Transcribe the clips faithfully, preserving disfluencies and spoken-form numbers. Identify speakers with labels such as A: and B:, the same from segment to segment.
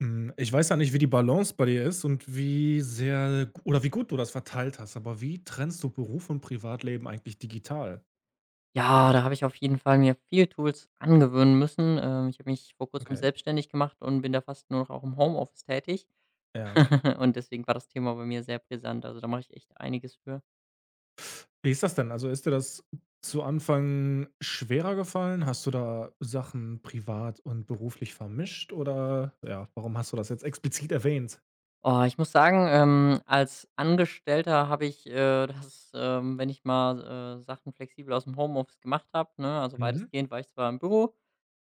A: Hm, ich weiß ja nicht, wie die Balance bei dir ist und wie sehr oder wie gut du das verteilt hast, aber wie trennst du Beruf und Privatleben eigentlich digital?
B: Ja, da habe ich auf jeden Fall mir viel Tools angewöhnen müssen. Ähm, ich habe mich vor Kurzem
A: Okay.
B: selbstständig gemacht und bin da fast nur noch auch im Homeoffice tätig.
A: Ja.
B: Und deswegen war das Thema bei mir sehr brisant. Also da mache ich echt einiges für.
A: Wie ist das denn? Also, ist dir das zu Anfang schwerer gefallen? Hast du da Sachen privat und beruflich vermischt oder ja, warum hast du das jetzt explizit erwähnt?
B: Oh, ich muss sagen, ähm, als Angestellter habe ich äh, das, ähm, wenn ich mal äh, Sachen flexibel aus dem Homeoffice gemacht habe, ne, also
A: Mhm.
B: weitestgehend war ich zwar im Büro,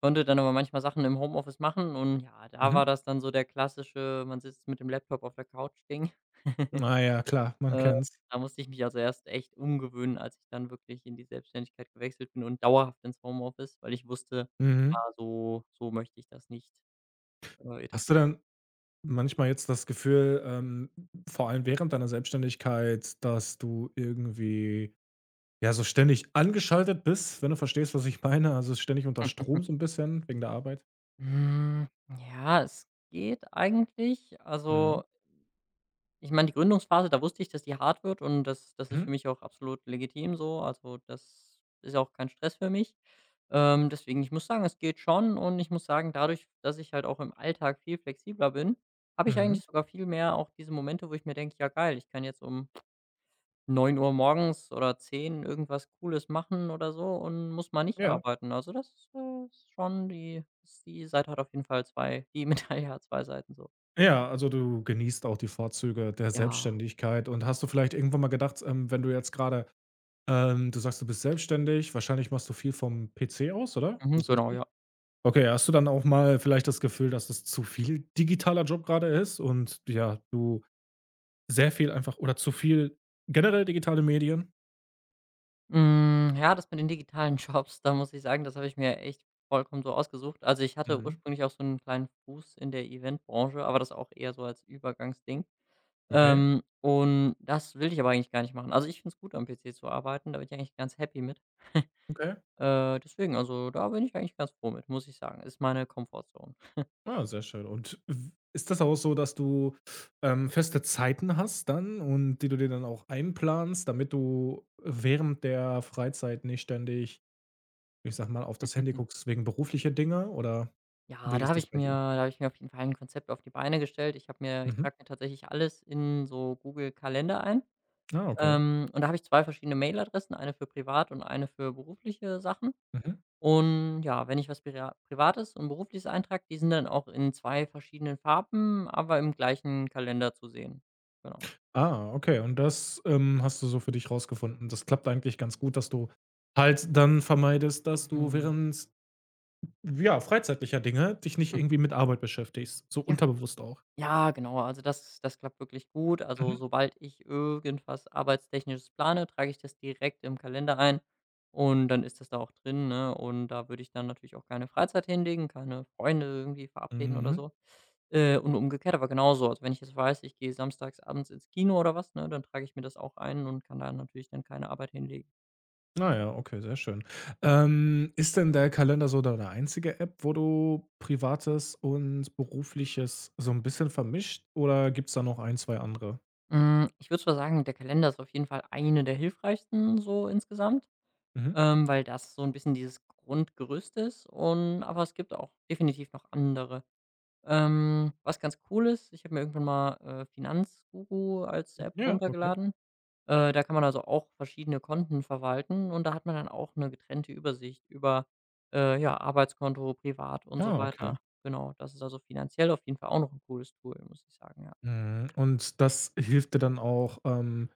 B: konnte dann aber manchmal Sachen im Homeoffice machen und ja, da war
A: Mhm.
B: das dann so der klassische, man sitzt mit dem Laptop auf der Couch-Ding.
A: Ah ja, klar, man
B: Äh,
A: kennt's.
B: da musste ich mich also erst echt umgewöhnen, als ich dann wirklich in die Selbstständigkeit gewechselt bin und dauerhaft ins Homeoffice, weil ich wusste, ja,
A: Mhm.
B: so so möchte ich das nicht, äh,
A: Hast du
B: etablieren.
A: dann manchmal jetzt das Gefühl, ähm, vor allem während deiner Selbstständigkeit, dass du irgendwie ja, so ständig angeschaltet bist, wenn du verstehst, was ich meine? Also, ständig unter Strom so ein bisschen wegen der Arbeit.
B: Hm, ja, es geht eigentlich.
A: Mhm.
B: Also ich meine, die Gründungsphase, da wusste ich, dass die hart wird und das das ist für
A: Mhm.
B: mich auch absolut legitim so. Also, das ist ja auch kein Stress für mich. Ähm, deswegen, ich muss sagen, es geht schon und ich muss sagen, dadurch, dass ich halt auch im Alltag viel flexibler bin, habe ich
A: Mhm.
B: eigentlich sogar viel mehr auch diese Momente, wo ich mir denke: „Ja geil, ich kann jetzt um neun Uhr morgens oder zehn irgendwas Cooles machen oder so und muss mal nicht
A: Ja.
B: arbeiten.“ Also, das ist, äh, ist schon die s die Seite hat auf jeden Fall zwei die Medaille hat zwei Seiten so.
A: Ja, also, du genießt auch die Vorzüge der
B: Ja.
A: Selbstständigkeit und hast du vielleicht irgendwann mal gedacht, ähm, wenn du jetzt gerade, ähm, du sagst, du bist selbstständig, wahrscheinlich machst du viel vom P C aus, oder?
B: Mhm,
A: Ist das
B: genau,
A: richtig?
B: ja.
A: Okay, hast du dann auch mal vielleicht das Gefühl, dass es zu viel digitaler Job gerade ist und, ja, du sehr viel einfach oder zu viel generell digitale Medien?
B: Hm, ja, das mit den digitalen Jobs, da muss ich sagen, das habe ich mir echt vollkommen so ausgesucht. Also, ich hatte
A: Mhm.
B: ursprünglich auch so einen kleinen Fuß in der Eventbranche, aber das auch eher so als Übergangsding.
A: Okay,
B: Ähm, und das will ich aber eigentlich gar nicht machen. Also, ich finde es gut, am P C zu arbeiten, da bin ich eigentlich ganz happy mit.
A: okay.
B: Äh, deswegen, also, da bin ich eigentlich ganz froh mit, muss ich sagen. Ist meine Komfortzone.
A: Ah, sehr schön. Und w ist das auch so, dass du, ähm, feste Zeiten hast dann und die du dir dann auch einplanst, damit du während der Freizeit nicht ständig, ich sag mal, auf das Handy guckst wegen beruflicher Dinge oder
B: Ja,
A: wie
B: da
A: ist
B: habe
A: das
B: ich
A: bei
B: mir
A: dir?
B: da habe ich mir auf jeden Fall ein Konzept auf die Beine gestellt. Ich habe mir ich
A: Mhm.
B: trage mir tatsächlich alles in so Google Kalender ein.
A: Ah, okay.
B: Ähm, und da habe ich zwei verschiedene Mailadressen, eine für privat und eine für berufliche Sachen.
A: Mhm.
B: Und ja, wenn ich was Pria Privates und Berufliches eintrage, die sind dann auch in zwei verschiedenen Farben, aber im gleichen Kalender zu sehen. Genau.
A: Ah, okay. Und das, ähm, hast du so für dich rausgefunden. Das klappt eigentlich ganz gut, dass du halt dann vermeidest, dass du
B: Mhm.
A: während, ja, freizeitlicher Dinge dich nicht irgendwie mit Arbeit beschäftigst, so
B: Ja.
A: unterbewusst auch.
B: Ja, genau. Also das das klappt wirklich gut. Also,
A: Mhm.
B: sobald ich irgendwas Arbeitstechnisches plane, trage ich das direkt im Kalender ein und dann ist das da auch drin, ne? Und da würde ich dann natürlich auch keine Freizeit hinlegen, keine Freunde irgendwie verabreden oder
A: Mhm.
B: so. Äh, und umgekehrt aber genauso. Also, wenn ich jetzt weiß, ich gehe samstags abends ins Kino oder was, ne, dann trage ich mir das auch ein und kann da natürlich dann keine Arbeit hinlegen.
A: Na ja, okay, sehr schön. Ähm, ist denn der Kalender so deine einzige App, wo du Privates und Berufliches so ein bisschen vermischt oder gibt's da noch ein, zwei andere?
B: Hm, ich würde zwar sagen, der Kalender ist auf jeden Fall eine der hilfreichsten so insgesamt.
A: Mhm.
B: Ähm, weil das so ein bisschen dieses Grundgerüst ist und aber es gibt auch definitiv noch andere. Ähm, was ganz cool ist, ich habe mir irgendwann mal, äh, Finanzguru als App
A: Ja, okay.
B: runtergeladen. Äh, da kann man also auch verschiedene Konten verwalten und da hat man dann auch eine getrennte Übersicht über, äh, ja, Arbeitskonto, privat und so
A: Ah, okay.
B: weiter. Genau, das ist also finanziell auf jeden Fall auch noch ein cooles Tool, muss ich sagen, ja.
A: Mhm. Und das hilft dir dann auch, ähm,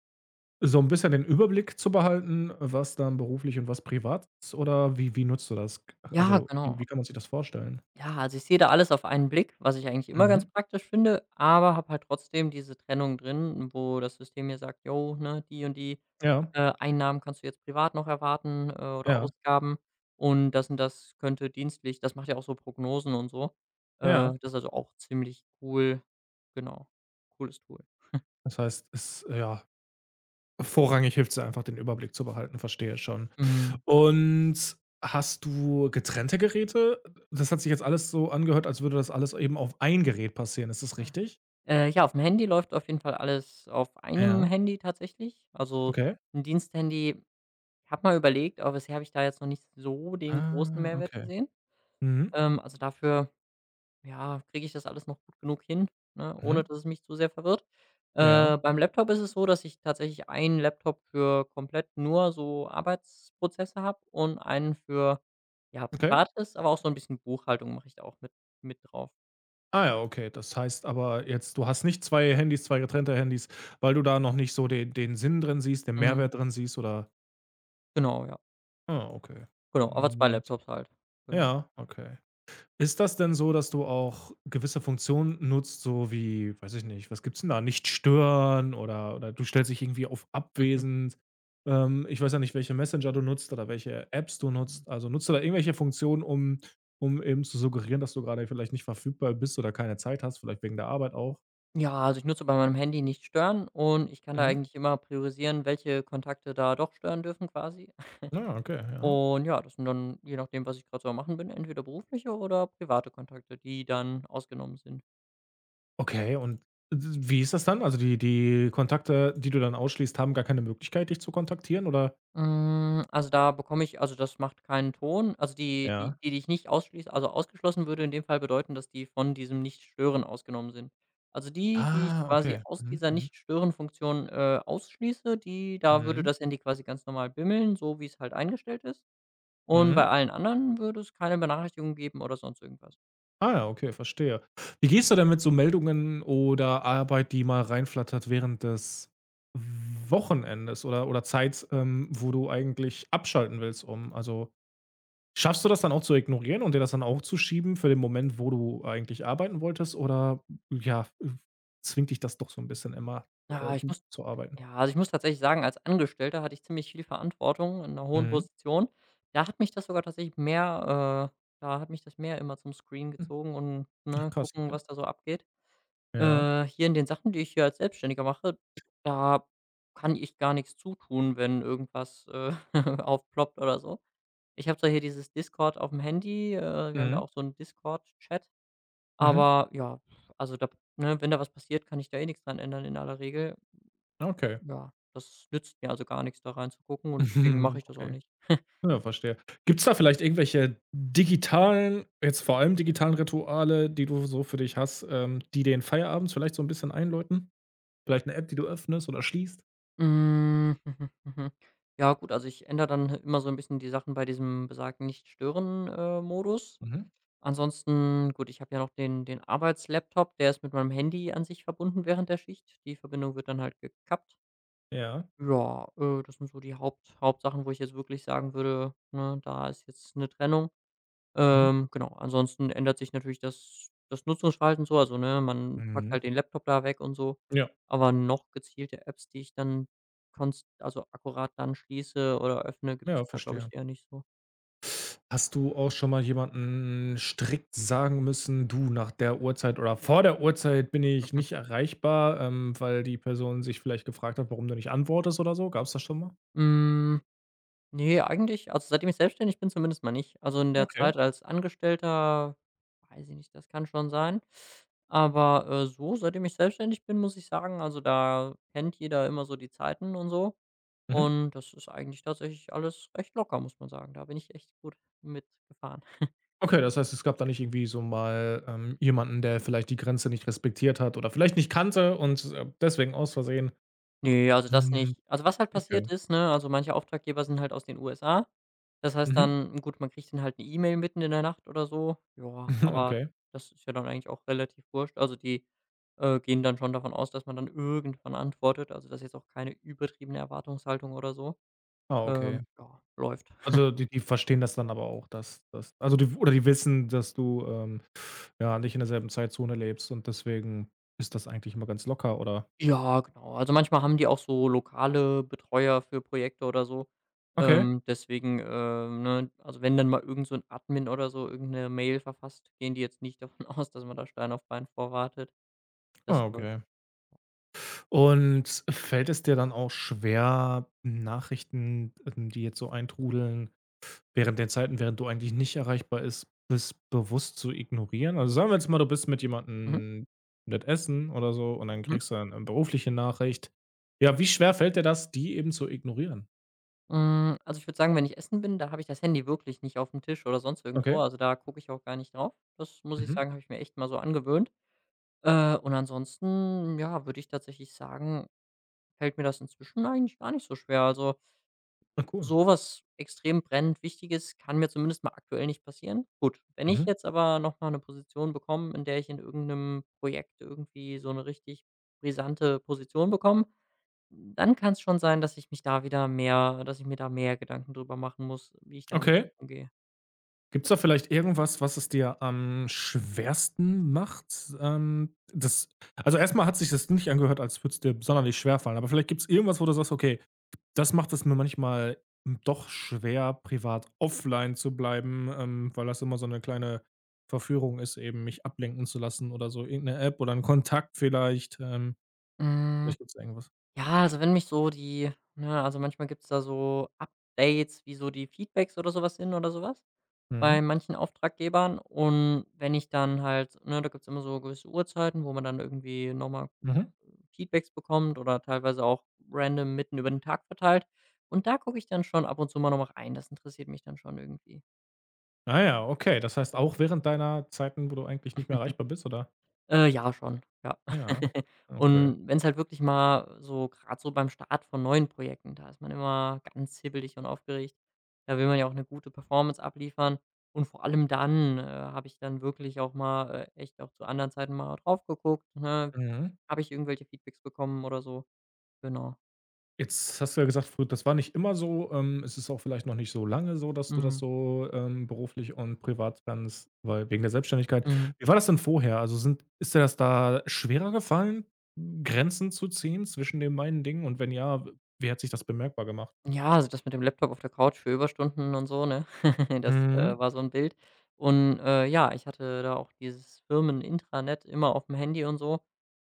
A: so ein bisschen den Überblick zu behalten, was dann beruflich und was privat ist oder wie wie nutzt du das?
B: Ja,
A: Also, wie
B: genau.
A: wie kann man sich das vorstellen?
B: Ja, also ich sehe da alles auf einen Blick, was ich eigentlich immer ganz
A: Mhm.
B: praktisch finde, aber habe halt trotzdem diese Trennung drin, wo das System mir sagt: „Jo, ne, die und die,
A: Ja,
B: äh, Einnahmen kannst du jetzt privat noch erwarten, äh, oder
A: ja,
B: Ausgaben und das und das könnte dienstlich“, das macht ja auch so Prognosen und so. Äh,
A: ja.
B: das ist also auch ziemlich cool. Genau, cooles Tool.
A: Das heißt, es ja, vorrangig hilft es einfach, den Überblick zu behalten, verstehe schon.
B: Mhm.
A: Und hast du getrennte Geräte? Das hat sich jetzt alles so angehört, als würde das alles eben auf ein Gerät passieren. Ist das
B: Ah.
A: richtig?
B: Äh, ja, aufm Handy läuft auf jeden Fall alles auf einem
A: Ja,
B: Handy tatsächlich. Also
A: okay.
B: ein Diensthandy, ich habe mal überlegt, aber bisher habe ich da jetzt noch nicht so den großen
A: Ah,
B: Mehrwert
A: okay.
B: gesehen.
A: Mhm,
B: Ähm, also dafür, ja, kriege ich das alles noch gut genug hin, ne,
A: mhm.
B: ohne dass es mich zu sehr verwirrt.
A: Ja,
B: Äh, beim Laptop ist es so, dass ich tatsächlich einen Laptop für komplett nur so Arbeitsprozesse habe und einen für, ja,
A: okay.
B: Privates, aber auch so ein bisschen Buchhaltung mache ich da auch mit mit drauf.
A: Ah ja, okay. Das heißt aber jetzt, du hast nicht zwei Handys, zwei getrennte Handys, weil du da noch nicht so den den Sinn drin siehst, den
B: Mhm.
A: Mehrwert drin siehst oder
B: Genau, ja.
A: ah, okay.
B: Genau, aber zwei
A: Und
B: Laptops halt. Genau.
A: ja, okay. Ist das denn so, dass du auch gewisse Funktionen nutzt, so wie weiß ich nicht, was gibt's denn da? Nicht stören oder oder du stellst dich irgendwie auf abwesend. Ähm, ich weiß ja nicht, welche Messenger du nutzt oder welche Apps du nutzt. Also, nutzt du da irgendwelche Funktionen, um um eben zu suggerieren, dass du gerade vielleicht nicht verfügbar bist oder keine Zeit hast, vielleicht wegen der Arbeit auch?
B: Ja, also ich nutze bei meinem Handy nicht stören und ich kann da
A: Mhm.
B: eigentlich immer priorisieren, welche Kontakte da doch stören dürfen quasi.
A: Ah, okay, ja.
B: Und ja, das sind dann, je nachdem, was ich gerade so am machen bin, entweder berufliche oder private Kontakte, die dann ausgenommen sind.
A: Okay, und wie ist das dann? Also, die die Kontakte, die du dann ausschließt, haben gar keine Möglichkeit, dich zu kontaktieren oder
B: Mm, also da bekomme ich, also das macht keinen Ton. Also die, die,
A: ja.
B: die, die, ich nicht ausschließe, also ausgeschlossen würde in dem Fall bedeuten, dass die von diesem Nicht-Stören ausgenommen sind. Also die, die ich
A: Ah,
B: quasi
A: okay.
B: aus
A: Mhm,
B: dieser
A: mhm.
B: Nicht-Stören-Funktion äh, ausschließe, die, da würde
A: Mhm.
B: das Handy quasi ganz normal bimmeln, so wie es halt eingestellt ist. Und bei
A: Mhm.
B: allen anderen würde es keine Benachrichtigung geben oder sonst irgendwas.
A: Ah ja, okay, verstehe. Wie gehst du denn mit so Meldungen oder Arbeit, die mal reinflattert während des Wochenendes oder oder Zeit, ähm, wo du eigentlich abschalten willst, um? Also, schaffst du das dann auch zu ignorieren und dir das dann auch zu schieben für den Moment, wo du eigentlich arbeiten wolltest oder, ja, zwingt dich das doch so ein bisschen immer, äh,
B: Ja, ich muss
A: zu arbeiten?
B: ja, also, ich muss tatsächlich sagen, als Angestellter hatte ich ziemlich viel Verantwortung in einer hohen
A: Mhm.
B: Position. Da hat mich das sogar tatsächlich mehr äh, da hat mich das mehr immer zum Screen gezogen und,
A: Ach
B: ne,
A: krass,
B: gucken,
A: okay.
B: was da so abgeht.
A: Ja.
B: Äh, hier in den Sachen, die ich hier als Selbstständiger mache, da kann ich gar nichts zutun, wenn irgendwas, äh, aufploppt oder so. Ich habe zwar hier dieses Discord auf dem Handy, äh, wir haben da
A: Mhm.
B: auch so einen Discord-Chat.
A: Mhm.
B: Aber ja, also da ne, wenn da was passiert, kann ich da eh nichts dran ändern in aller Regel.
A: Okay.
B: Ja, das nützt mir also gar nichts da reinzugucken und deswegen mache ich das auch
A: Okay.
B: nicht.
A: Ja, verstehe. Gibt's da vielleicht irgendwelche digitalen jetzt vor allem digitalen Rituale, die du so für dich hast, ähm, die den Feierabend vielleicht so ein bisschen einläuten? Vielleicht eine App, die du öffnest oder schließt?
B: Hm, ja gut, also ich ändere dann immer so ein bisschen die Sachen bei diesem besagten Nicht-Stören, äh, Modus.
A: Mhm.
B: Ansonsten gut, ich habe ja noch den den Arbeitslaptop, der ist mit meinem Handy an sich verbunden während der Schicht. Die Verbindung wird dann halt gekappt.
A: Ja.
B: Ja, äh, das sind so die Haupt Hauptsachen, wo ich jetzt wirklich sagen würde, ne, da ist jetzt eine Trennung.
A: Mhm.
B: Ähm, genau, ansonsten ändert sich natürlich das das Nutzungsverhalten so, also, ne, man packt
A: Mhm.
B: halt den Laptop da weg und so,
A: Ja,
B: aber noch gezielte Apps, die ich dann konst also, akkurat dann schließe oder öffne, gibt's
A: ja,
B: da, glaube
A: verstehe.
B: ich, eher nicht so.
A: Hast du auch schon mal jemanden strikt sagen müssen: „Du, nach der Uhrzeit oder vor der Uhrzeit bin ich nicht erreichbar“, ähm, weil die Person sich vielleicht gefragt hat, warum du nicht antwortest oder so? Gab's das schon mal?
B: Ne, eigentlich, also, seitdem ich selbstständig bin zumindest mal nicht. Also, in der
A: Okay.
B: Zeit als Angestellter weiß ich nicht, das kann schon sein. Aber, äh, so, seitdem ich selbstständig bin, muss ich sagen, also, da kennt jeder immer so die Zeiten und so.
A: Mhm.
B: Und das ist eigentlich tatsächlich alles recht locker, muss man sagen. Da bin ich echt gut mitgefahren.
A: Okay, das heißt, es gab da nicht irgendwie so mal, ähm, jemanden, der vielleicht die Grenze nicht respektiert hat oder vielleicht nicht kannte und, äh, deswegen aus Versehen
B: Ne, also das
A: hm,
B: nicht. Also, was halt
A: okay.
B: passiert ist, ne, also manche Auftraggeber sind halt aus den U S A. Das heißt
A: Mhm.
B: dann gut, man kriegt dann halt 'ne E-Mail mitten in der Nacht oder so. Ja, aber
A: Okay.
B: das ist ja dann eigentlich auch relativ wurscht. Also, die, äh, gehen dann schon davon aus, dass man dann irgendwann antwortet. Also, das ist jetzt auch keine übertriebene Erwartungshaltung oder so.
A: Ah, okay.
B: Ähm, ja, läuft.
A: Also, die die verstehen das dann aber auch, dass das, also, die oder die wissen, dass du, ähm, ja, nicht in derselben Zeitzone lebst und deswegen ist das eigentlich immer ganz locker, oder?
B: Ja, genau. Also, manchmal haben die auch so lokale Betreuer für Projekte oder so.
A: Okay.
B: Ähm, deswegen, ähm, ne, also, wenn dann mal irgend so 'n Admin oder so irgendeine Mail verfasst, gehen die jetzt nicht davon aus, dass man da Stein auf Bein vorwartet. Das
A: Ah,
B: läuft.
A: okay. Und fällt es dir dann auch schwer, Nachrichten, ähm, die jetzt so eintrudeln während der Zeiten, während du eigentlich nicht erreichbar ist bist, bewusst zu ignorieren? Also, sagen wir jetzt mal, du bist mit
B: Mhm,
A: jemandem nett essen oder so und dann
B: mhm.
A: kriegst du dann 'ne berufliche Nachricht. Ja, wie schwer fällt dir das, die eben zu ignorieren?
B: Hm, also, ich würde sagen, wenn ich essen bin, da habe ich das Handy wirklich nicht auf dem Tisch oder sonst irgendwo.
A: Okay.
B: Also, da gucke ich auch gar nicht drauf. Das muss ich
A: Mhm.
B: sagen, habe ich mir echt mal so angewöhnt. Äh, und ansonsten, ja, würde ich tatsächlich sagen, fällt mir das inzwischen eigentlich gar nicht so schwer. Also,
A: Ah, cool.
B: sowas extrem brennend Wichtiges kann mir zumindest mal aktuell nicht passieren. Gut, wenn ich
A: Mhm.
B: jetzt aber noch mal 'ne Position bekomme, in der ich in irgendeinem Projekt irgendwie so eine richtig brisante Position bekomme, dann kann es schon sein, dass ich mich da wieder mehr dass ich mir da mehr Gedanken drüber machen muss, wie ich damit
A: Okay.
B: umgehe.
A: Gibt's da vielleicht irgendwas, was es dir am schwersten macht? Ähm, das also, erstmal hat sich das nicht angehört, als würde es dir sonderlich schwerfallen, aber vielleicht gibt's irgendwas, wo du sagst: „Okay, das macht es mir manchmal doch schwer, privat offline zu bleiben, ähm, weil das immer so 'ne kleine Verführung ist, eben mich ablenken zu lassen oder so irgend 'ne App oder 'n Kontakt vielleicht, ähm,
B: Hm,
A: vielleicht gibt's da irgendwas.“
B: ja, also, wenn mich so die ne, also, manchmal gibt's da so Updates, wie so die Feedbacks oder sowas sind oder sowas,
A: Mhm,
B: bei manchen Auftraggebern und wenn ich dann halt ne, da gibt's immer so gewisse Uhrzeiten, wo man dann irgendwie nochmal
A: mhm.
B: Feedbacks bekommt oder teilweise auch random mitten über den Tag verteilt und da gucke ich dann schon ab und zu mal nochmal mal rein. Das interessiert mich dann schon irgendwie.
A: Ah ja, okay. Das heißt auch während deiner Zeiten, wo du eigentlich nicht mehr erreichbar bist, oder?
B: Äh, ja, schon, ja.
A: Ja, okay.
B: Und wenn's halt wirklich mal so gerade so beim Start von neuen Projekten, da ist man immer ganz hibbelig und aufgeregt. Da will man ja auch eine gute Performance abliefern. Und vor allem dann, äh, habe ich dann wirklich auch mal, äh, echt auch zu anderen Zeiten mal drauf geguckt, ne?
A: Mhm.
B: Habe ich irgendwelche Feedbacks bekommen oder so? Genau.
A: Jetzt hast du ja gesagt, frü das war nicht immer so. Ähm, es ist auch vielleicht noch nicht so lange so, dass du das
B: Mhm.
A: so, ähm, beruflich und privat trennst, weil wegen der Selbstständigkeit.
B: Mhm.
A: Wie war das denn vorher? Also, sind ist dir das da schwerer gefallen, Grenzen zu ziehen zwischen den beiden Dingen? Und wenn ja, wie hat sich das bemerkbar gemacht?
B: Ja, also das mit dem Laptop auf der Couch für Überstunden und so, ne? Das, äh,
A: Mhm.
B: war so ein Bild. Und, äh, ja, ich hatte da auch dieses Firmen-Intranet immer auf dem Handy und so.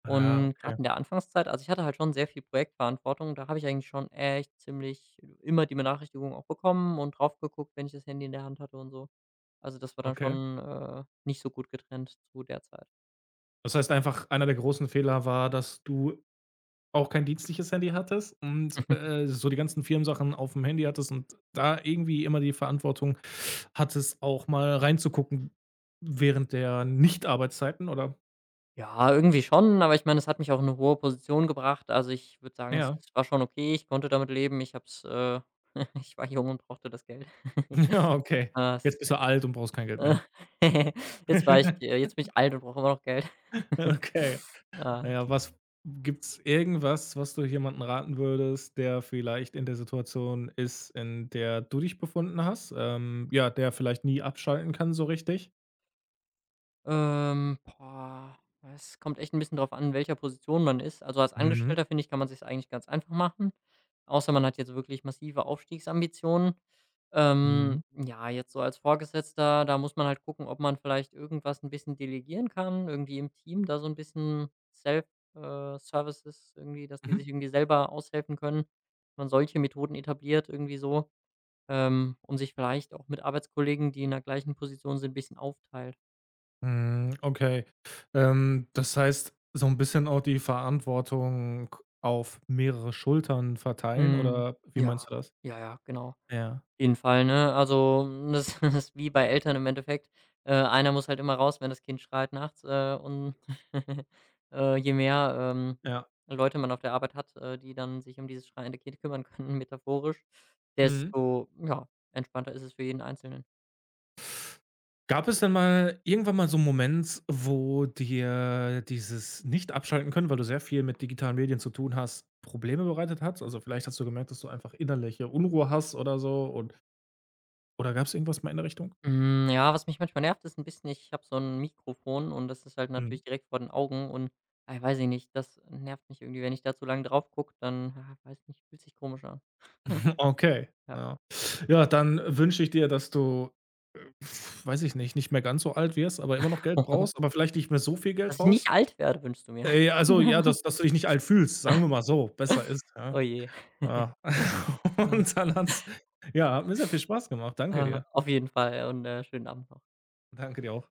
A: Ah,
B: Und gerade
A: okay,
B: in der Anfangszeit also, ich hatte halt schon sehr viel Projektverantwortung, da habe ich eigentlich schon echt ziemlich immer die Benachrichtigung auch bekommen und drauf geguckt, wenn ich das Handy in der Hand hatte und so. Also, das war dann
A: okay.
B: schon, äh, nicht so gut getrennt zu der Zeit.
A: Das heißt einfach, einer der großen Fehler war, dass du auch kein dienstliches Handy hattest und, äh, so die ganzen Firmensachen auf dem Handy hattest und da irgendwie immer die Verantwortung hattest, auch mal reinzugucken während der Nichtarbeitszeiten oder
B: Ja, irgendwie schon, aber ich meine, es hat mich auch in 'ne hohe Position gebracht. Also, ich würde sagen, es
A: ja,
B: war schon okay. Ich konnte damit leben. Ich habe es äh, ich war jung und brauchte das Geld.
A: ja, okay.
B: Äh,
A: Jetzt
B: s
A: bist du alt und brauchst kein Geld
B: äh,
A: mehr.
B: jetzt war ich äh, jetzt bin ich alt und brauche immer noch Geld.
A: Okay.
B: Ah.
A: naja was gibt's irgendwas, was du jemanden raten würdest, der vielleicht in der Situation ist, in der du dich befunden hast? Ähm, ja, der vielleicht nie abschalten kann so richtig?
B: Ähm, boah, es kommt echt ein bisschen drauf an, in welcher Position man ist. Also, als
A: Mhm.
B: Angestellter, finde ich, kann man sich's eigentlich ganz einfach machen, außer man hat jetzt wirklich massive Aufstiegsambitionen. Ähm,
A: Mhm.
B: ja, jetzt so als Vorgesetzter, da muss man halt gucken, ob man vielleicht irgendwas ein bisschen delegieren kann, irgendwie im Team da so ein bisschen Self äh, Services irgendwie, dass die
A: Mhm.
B: sich irgendwie selber aushelfen können. Man solche Methoden etabliert irgendwie so, ähm, und sich vielleicht auch mit Arbeitskollegen, die in der gleichen Position sind, ein bisschen aufteilt.
A: Mhm, okay. Ähm, das heißt, so ein bisschen auch die Verantwortung auf mehrere Schultern verteilen
B: Mhm.
A: oder wie meinst
B: Ja,
A: du das?
B: ja, ja, genau. Auf
A: Ja,
B: jeden Fall, ne? Also, mm, das das ist wie bei Eltern im Endeffekt. Äh, einer muss halt immer raus, wenn das Kind schreit nachts, äh, und äh, je mehr, ähm,
A: ja.
B: Leute man auf der Arbeit hat, äh, die dann sich um dieses schreiende Kind kümmern können, metaphorisch,
A: Mhm.
B: desto, ja, entspannter ist es für jeden Einzelnen.
A: Gab es denn mal irgendwann mal so einen Moment, wo dir dieses Nicht-Abschalten können, weil du sehr viel mit digitalen Medien zu tun hast, Probleme bereitet hat? Also, vielleicht hast du gemerkt, dass du einfach innerliche Unruhe hast oder so und oder gab es irgendwas mal in der Richtung?
B: Hm, ja, was mich manchmal nervt, ist ein bisschen, ich habe so ein Mikrofon und das ist halt
A: Mhm.
B: natürlich direkt vor den Augen und, ah, ich weiß ich nicht, das nervt mich irgendwie. Wenn ich da zu lange drauf gucke, dann, ah, weiß nicht, fühlt sich komisch an.
A: Okay,
B: Ja.
A: ja. Ja, dann wünsche ich dir, dass du, äh, weiß ich nicht, nicht mehr ganz so alt wirst, aber immer noch Geld brauchst, aber vielleicht nicht mehr so viel Geld
B: Dass ich
A: brauchst.
B: nicht alt werde, wünschst du mir?
A: Äh, ja, also, ja, dass dass du dich nicht alt fühlst, sagen wir mal so, besser ist, ja.
B: Oh je.
A: Ja.
B: Äh,
A: Und dann hat's ja, hat mir sehr viel Spaß gemacht. Danke
B: äh,
A: dir.
B: auf jeden Fall und, äh, schönen Abend noch.
A: Danke dir auch.